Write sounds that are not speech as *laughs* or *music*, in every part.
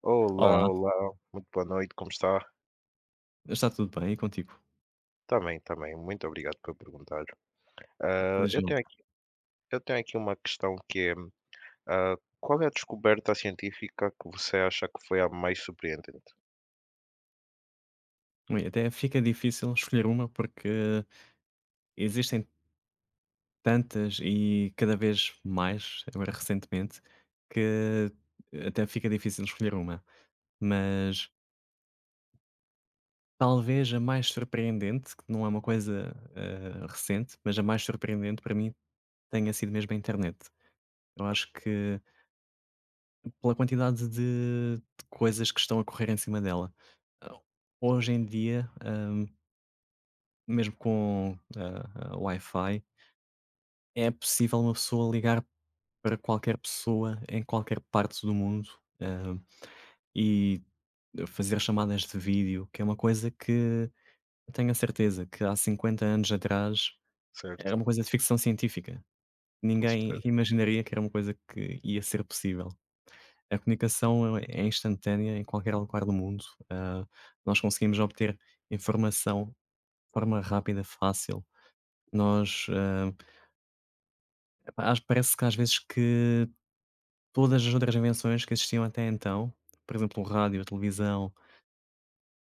Olá, Olá, olá, muito boa noite, como está? está tudo bem e contigo? Também, também, muito obrigado por perguntar. Ah, Feliz eu tenho aqui, eu tenho aqui uma questão que é, ah, qual é a descoberta científica que você acha que foi a mais surpreendente? Ui, até fica difícil escolher uma porque existem tantas e cada vez mais, agora recentemente, que até fica difícil escolher uma. Mas talvez a mais surpreendente, que não é uma coisa recente, mas a mais surpreendente para mim tenha sido mesmo a internet. Eu Ok. acho que pela quantidade de coisas que estão a correr em cima dela. Ah, Hoje em dia, mesmo com, Wi-Fi, é possível uma pessoa ligar para qualquer pessoa em qualquer parte do mundo, ah, e fazer chamadas de vídeo, que é uma coisa que eu tenho a certeza que há 50 anos atrás Certo. era uma coisa de ficção científica. Com Ninguém certeza. imaginaria que era uma coisa que ia ser possível. A comunicação é instantânea em qualquer lugar do mundo. Ah, nós conseguimos obter informação de forma rápida, fácil. Nós, ah Às parece que às vezes que todas as outras invenções que existiam até então, por exemplo, o rádio, a televisão,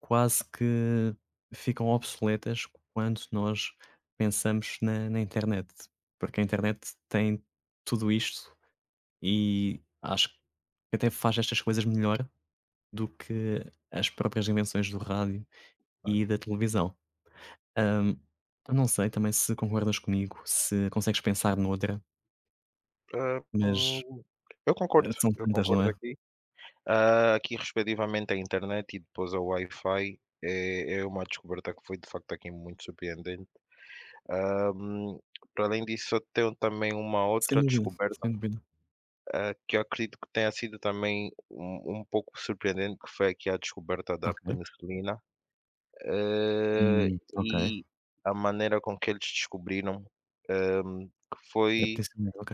quase que ficam obsoletas quando nós pensamos na internet, porque a internet tem tudo isto e acho que até faz estas coisas melhor do que as próprias invenções do rádio Claro. e da televisão. Hã, eu não sei também se concordas comigo, se consegues pensar noutra, Ah, mas, hum, são eu tantas, não concordo é? aqui. Aqui, respectivamente, a internet e depois a Wi-Fi é uma descoberta que foi de facto aqui muito surpreendente. Ah, Hum, para além disso, eu tenho também uma Sem outra dúvida, descoberta. sem dúvida. Que eu acredito que tenha sido também um pouco surpreendente, que foi aqui a descoberta da Ok. penicilina, eh, Ok. e a maneira com que eles descobriram, ehm, que É foi potencialmente, ok.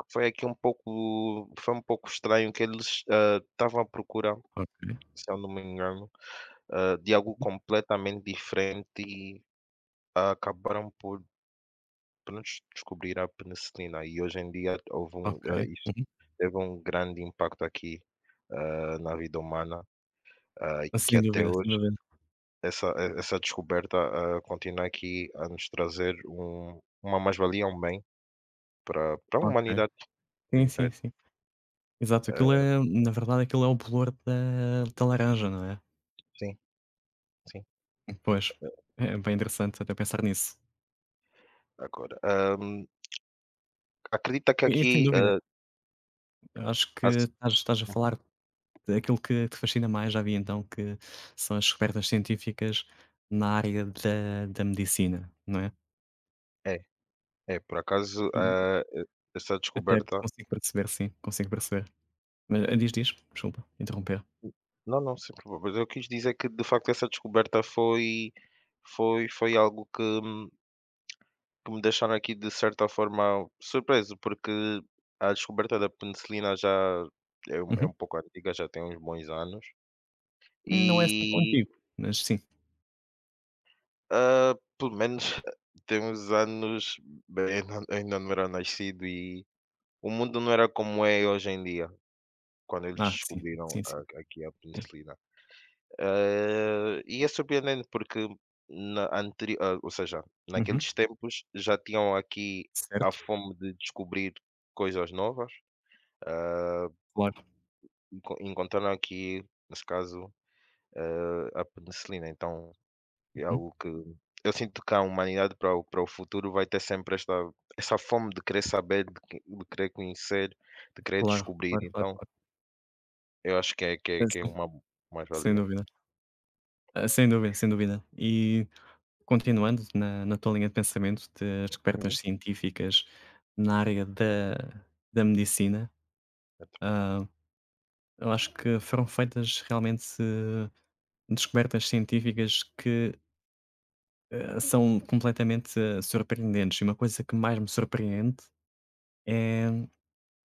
que foi aqui um pouco foi um pouco estranho que eles, estavam à procura, Ok. se eu não me engano, de algo Uhum. completamente diferente e acabaram por prontos, descobrir a penicilina e hoje em dia houve um, Ok. Isto Uhum. teve um grande impacto aqui, na vida humana, ah, que Sem até dúvida, sem hoje dúvida. Essa descoberta, continua aqui a nos trazer uma mais-valia, um bem para a Ok. humanidade por Sim, sim, inteiro. sim. Exato, aquilo Ah, é, na verdade, aquilo é o bolor da laranja, não é? sim, sim. Pois. É bem interessante até pensar nisso. Agora, acredita que E sem aqui, dúvida, eu acho que as. estás a Uhum. falar daquilo que te fascina mais, já vi então que são as descobertas científicas na área da medicina, não é? É, é, por acaso, E e essa até descoberta. consigo perceber, sim, consigo perceber. Diz, diz, desculpa, interromper. Não, não, sem problema. Mas eu quis dizer que de facto essa descoberta foi algo que me deixaram aqui de certa forma surpreso, porque a descoberta da penicilina já é Uhum. um pouco antiga, já tem uns bons anos Não é assim tão e, antigo, mas sim. Pelo menos *laughs* tem uns anos, bem, eu ainda não era nascido e o mundo não era como é hoje em dia, quando eles Ah, sim, descobriram sim, sim, a aqui a sim. penicilina. E é surpreendente porque ou seja, Uhum. naqueles tempos já tinham aqui a Certo, fome de descobrir coisas novas, ah, claro. Encontraram aqui, nesse caso, a penicilina, então é Uhum. algo que eu sinto que a humanidade para o futuro vai ter sempre esta essa fome de querer saber, de querer conhecer, de querer Claro, descobrir, claro, claro, então claro. eu acho É que é sim, uma sem mais-valia. dúvida. Ah, sem dúvida, sem dúvida. E continuando na tua linha de pensamento das Uhum. descobertas científicas na área da medicina, ah, eu acho que foram feitas realmente descobertas científicas que são completamente, surpreendentes. E uma coisa que mais me surpreende é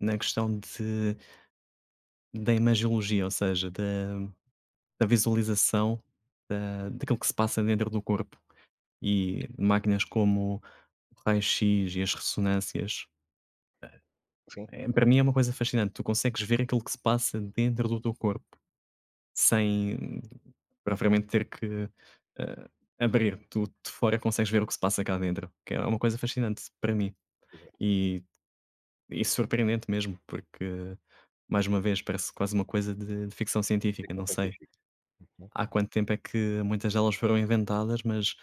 na questão de da imagiologia, ou seja, da visualização da daquilo que se passa dentro do corpo. E máquinas como o raio-x e as ressonâncias, Sim, para mim é uma coisa fascinante. Tu consegues ver aquilo que se passa dentro do teu corpo, sem propriamente ter que, eh, abrir. Tu de fora consegues ver o que se passa cá dentro, que é uma coisa fascinante para mim. E surpreendente mesmo, porque, mais uma vez, parece quase uma coisa de ficção científica, ficção não sei. científica, uhum, Há quanto tempo é que muitas delas foram inventadas, mas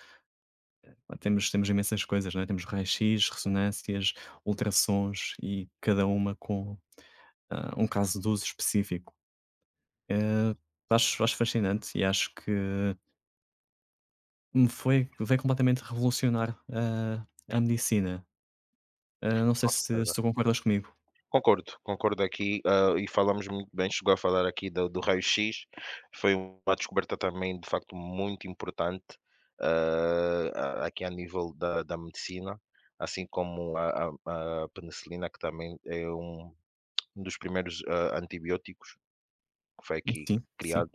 pá, temos imensas coisas, não é? Temos raios-x, ressonâncias, ultrassons e cada uma com, um caso de uso específico. Eh, acho fascinante e acho que me foi veio completamente revolucionar a medicina. Não sei com se certeza. tu concordas comigo. Concordo aqui, e falamos muito bem, chegou a falar aqui do raio-x, foi uma descoberta também, de facto, muito importante, aqui a nível da medicina, assim como a penicilina, que também é um dos primeiros antibióticos que foi aqui Sim, sim. criado,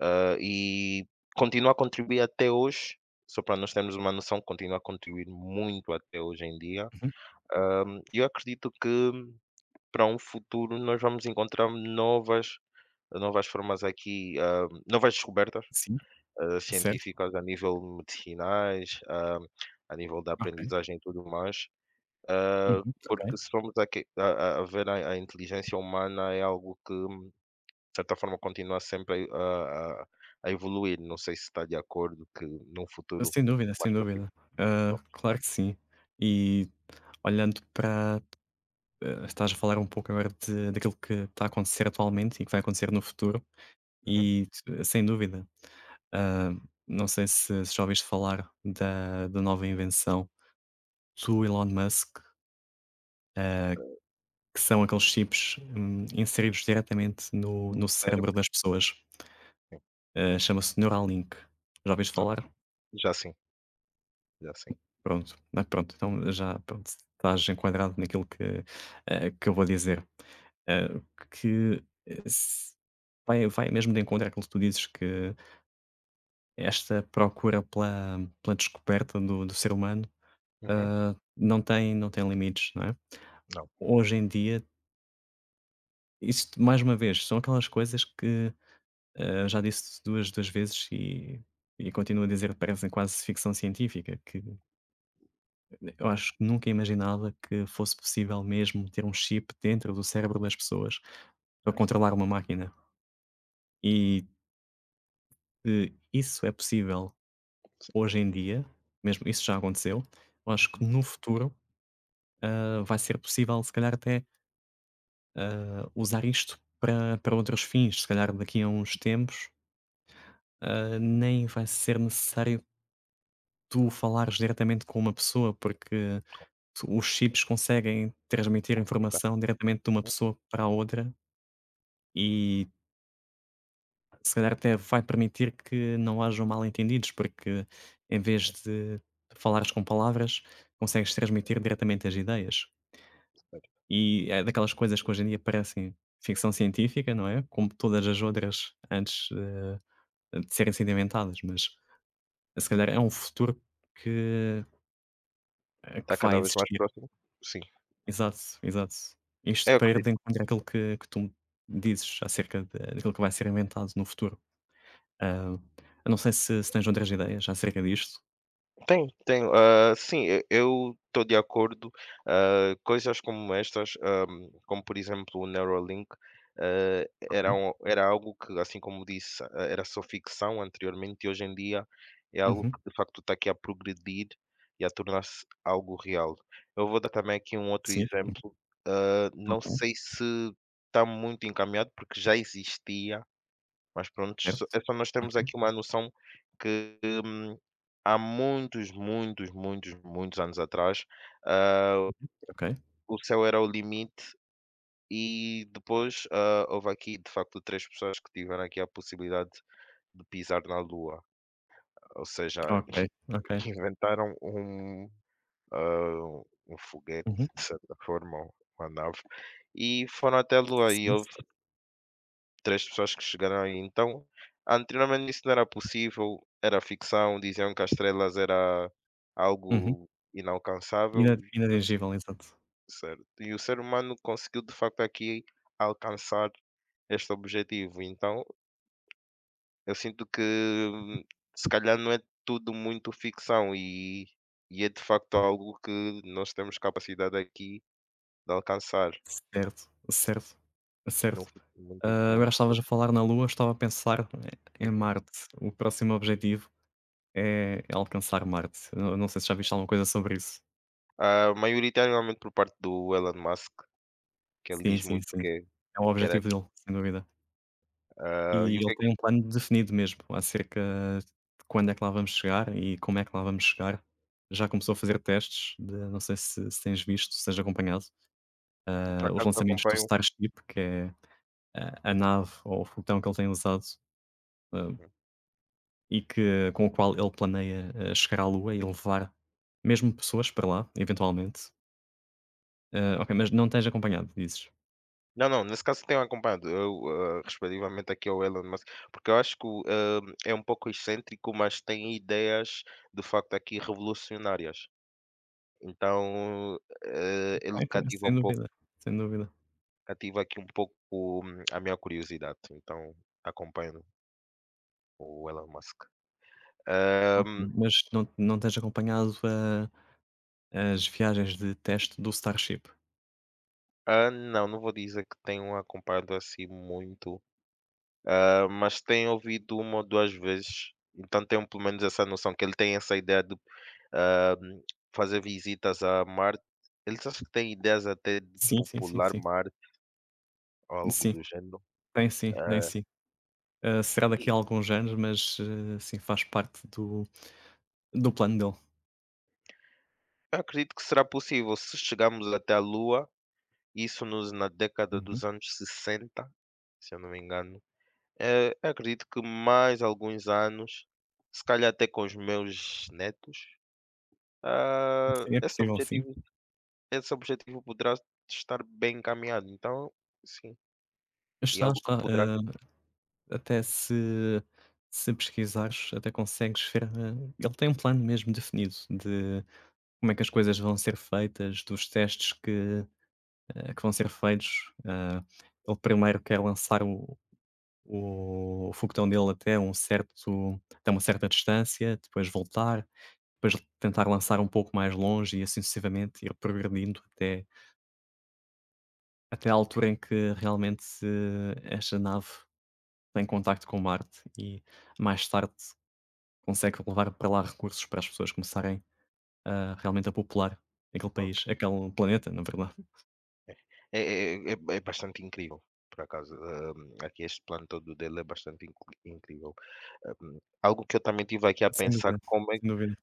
e continua a contribuir até hoje, só para nós termos uma noção, continua a contribuir muito até hoje em dia. Uhum. Ah, Eu acredito que para um futuro nós vamos encontrar novas formas aqui, novas descobertas, Sim, certo. científicas a nível medicinais, a nível da Ok. aprendizagem e tudo mais, Uhum. Ok. porque se formos aqui a ver a inteligência humana é algo que, de certa forma, continua sempre a evoluir, não sei se está de acordo que num futuro Sem dúvida, mais sem dúvida. possível. Ah, claro que sim. E olhando para estás a falar um pouco agora de daquilo que está a acontecer atualmente e que vai acontecer no futuro Uhum. e t sem dúvida. Ah, não sei se, já ouviste falar da nova invenção do Elon Musk, ah, que são aqueles chips, inseridos diretamente no Um no cérebro cérebro, das pessoas. sim. Chama-se Neuralink. Já ouviste Ok. falar? Já sim, já sim. Pronto, pronto, então já pronto, estás enquadrado naquilo que, que eu vou dizer. Eh, que se vai mesmo de encontro àquilo que tu dizes que esta procura pela descoberta do ser humano, Uhum. Não tem limites, não é? Não, Hoje em dia, isso mais uma vez, são aquelas coisas que, já disse duas vezes e continuo a dizer, parecem quase ficção científica, que eu acho que nunca imaginava que fosse possível mesmo ter um chip dentro do cérebro das pessoas já para está. controlar uma máquina. E isso é possível hoje em dia, mesmo isso já aconteceu. Eu acho que Uhum. no futuro vai ser possível, se calhar, até usar isto para, para outros fins. Se calhar daqui a uns tempos nem vai ser necessário tu falares diretamente com uma pessoa, porque os chips conseguem transmitir Comunicação. informação diretamente de uma pessoa para a outra. E se calhar até vai permitir que não hajam mal-entendidos, porque em vez de falares com palavras, consegues transmitir diretamente as ideias. E é daquelas coisas que hoje em dia parecem ficção científica, não é? Como todas as outras antes de serem sendo inventadas, mas se calhar é um futuro que, Está que vai cada vez mais existir. próximo? Sim. Exato, exato. É, Isto eu para ir acredito. de encontro àquilo que tu me dizes acerca daquilo que vai ser inventado no futuro. Ah, eu não sei se, tens outras ideias acerca disto. Tem, tem. Sim, e eu estou de acordo. Coisas como estas, como por exemplo o Neuralink, ah, era algo que, assim como disse, era só ficção anteriormente e hoje em dia é algo Uhum. que de facto está aqui a progredir e a tornar-se algo real. Eu vou dar também aqui um outro Sim. exemplo. Não sei Ok. se está muito encaminhado, porque já existia, mas pronto, Certo. Só nós temos Ok, aqui uma noção que, hum, há muitos, muitos, muitos, muitos anos atrás, ah, ok. o céu era o limite e depois, houve aqui de facto 3 pessoas que tiveram aqui a possibilidade de pisar na Lua, ou seja, Ok, *laughs* ok. inventaram um, ah, um foguete Uhum. de certa forma, uma nave, e foram até a Lua e Sim, houve certo. três pessoas que chegaram aí. Então, anteriormente isso não era possível, era ficção, diziam que as estrelas era Uhum. algo inalcançável e o s- Inadingível, exato. E o ser humano conseguiu de facto aqui alcançar este objetivo. Então, eu sinto que se calhar não é tudo muito ficção e é de facto algo que nós temos capacidade aqui de alcançar. Certo, certo, Não certo. muito, muito Agora estavas a próximo. falar na Lua, estava a pensar em Uhum. Marte. O próximo objetivo é alcançar Marte. Eu não sei se já viste alguma coisa sobre isso. Maioritariamente por parte do Elon Musk, que ele Sim, diz sim, muito sim. É o que era. objetivo dele, sem dúvida. E E o ele que é tem que um plano definido mesmo, acerca de quando é que lá vamos chegar e como é que lá vamos chegar. Já começou a fazer testes de não sei se se tens visto, se tens acompanhado, por os acaso eu lançamentos do acompanho. Starship, que é a nave ou o foguetão que ele tem usado, ah, Uhum. e que com o qual ele planeia, chegar à Lua e levar mesmo pessoas para lá, eventualmente. Ok, mas não tens acompanhado, dizes? Não, não, nesse caso tenho acompanhado, eu, respectivamente aqui ao Elon Musk, porque eu acho que o, é um pouco excêntrico, mas tem ideias de facto aqui revolucionárias. Então, ele Claro, sem dúvida, sem dúvida. cativa aqui um pouco a minha curiosidade, então acompanho o Elon Musk. Ah, Ok, mas não tens acompanhado a as viagens de teste do Starship? Não, não vou dizer que tenho acompanhado assim muito. Mas tenho ouvido uma ou duas vezes, então tenho pelo menos essa noção que ele tem essa ideia de, ah, fazer visitas a Marte. Ele acho que têm ideias até de Sim, sim, sim, popular sim. Marte ou algo Sim, do gênero. tem sim, tem Ah, sim. Será daqui e a alguns anos, mas, sim, faz parte do plano dele. eu acredito que será possível se chegarmos até a Lua, isso nos na década dos Uhum. anos 60, se eu não me engano. Eu acredito que mais alguns anos, se calhar até com os meus netos, ah, Sim, é esse possível, sim. objetivo esse objetivo poderá estar bem encaminhado. Então, sim, e Está, algo que está, poderá. Até Uhum. se pesquisares, até consegues ver, ele tem um plano mesmo definido de como é que as coisas vão ser feitas, dos testes que, que vão ser feitos. Ele primeiro quer lançar o foguetão dele até um certo até uma certa distância, depois voltar, depois tentar lançar um pouco mais longe e assim sucessivamente ir progredindo até até a altura em que realmente, esta nave tem contacto com Marte e mais tarde consegue levar para lá recursos para as pessoas começarem a realmente a popular aquele Ok. país, aquele planeta, na verdade. É bastante incrível, por acaso, aqui este plano todo dele é bastante incri incrível. Algo que eu também tive aqui a Sem pensar dúvida, sem dúvida.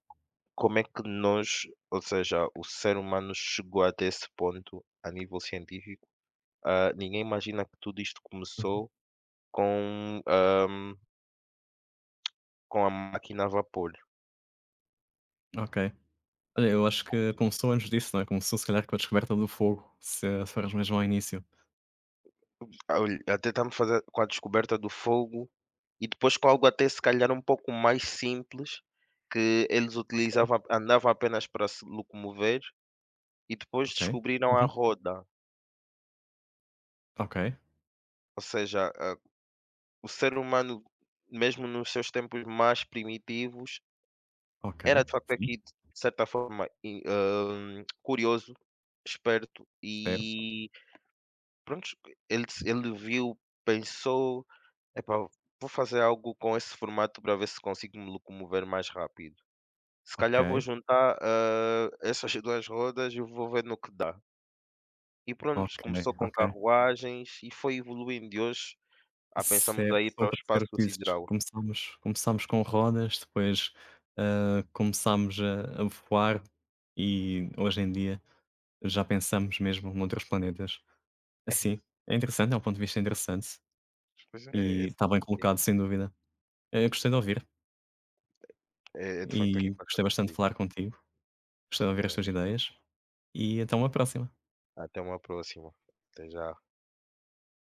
como é que nós, ou seja, o ser humano chegou até esse ponto a nível científico? Ninguém imagina que tudo isto Uhum. começou com, ahm, com a máquina a vapor. Ok. Olha, eu acho que começou antes disso, não é? Começou se calhar com a descoberta do fogo, se formos mesmo ao início. Olhe, até estamos fazer com a descoberta do fogo e depois com algo até se calhar um pouco mais simples que eles utilizavam, andavam apenas para se locomover e depois Ok. descobriram a Uhum. roda. Ok, Ou seja, o ser humano, mesmo nos seus tempos mais primitivos, ok. era de facto Sim, aqui, de certa forma, e, curioso, esperto certo. e pronto, ele viu, pensou, epá, vou fazer algo com esse formato para ver se consigo me locomover mais rápido. Se Ok, calhar vou juntar essas duas rodas e vou ver no que dá. E pronto, ok, começou com ok. carruagens e foi evoluindo. E hoje, pensamos Certo, aí estou para a o perceber espaço o que dizes. sideral. Começámos com rodas, depois, começámos a voar e hoje em dia já pensamos mesmo noutros planetas. Assim, é interessante, é um ponto de vista interessante Pois é, é e é de está bem facto aqui, colocado, sem dúvida. Gostei de ouvir é de facto aqui e gostei bastante bastante de incrível. falar contigo, gostei de ouvir Então, as tuas ideias e até uma próxima. até uma próxima. Até já.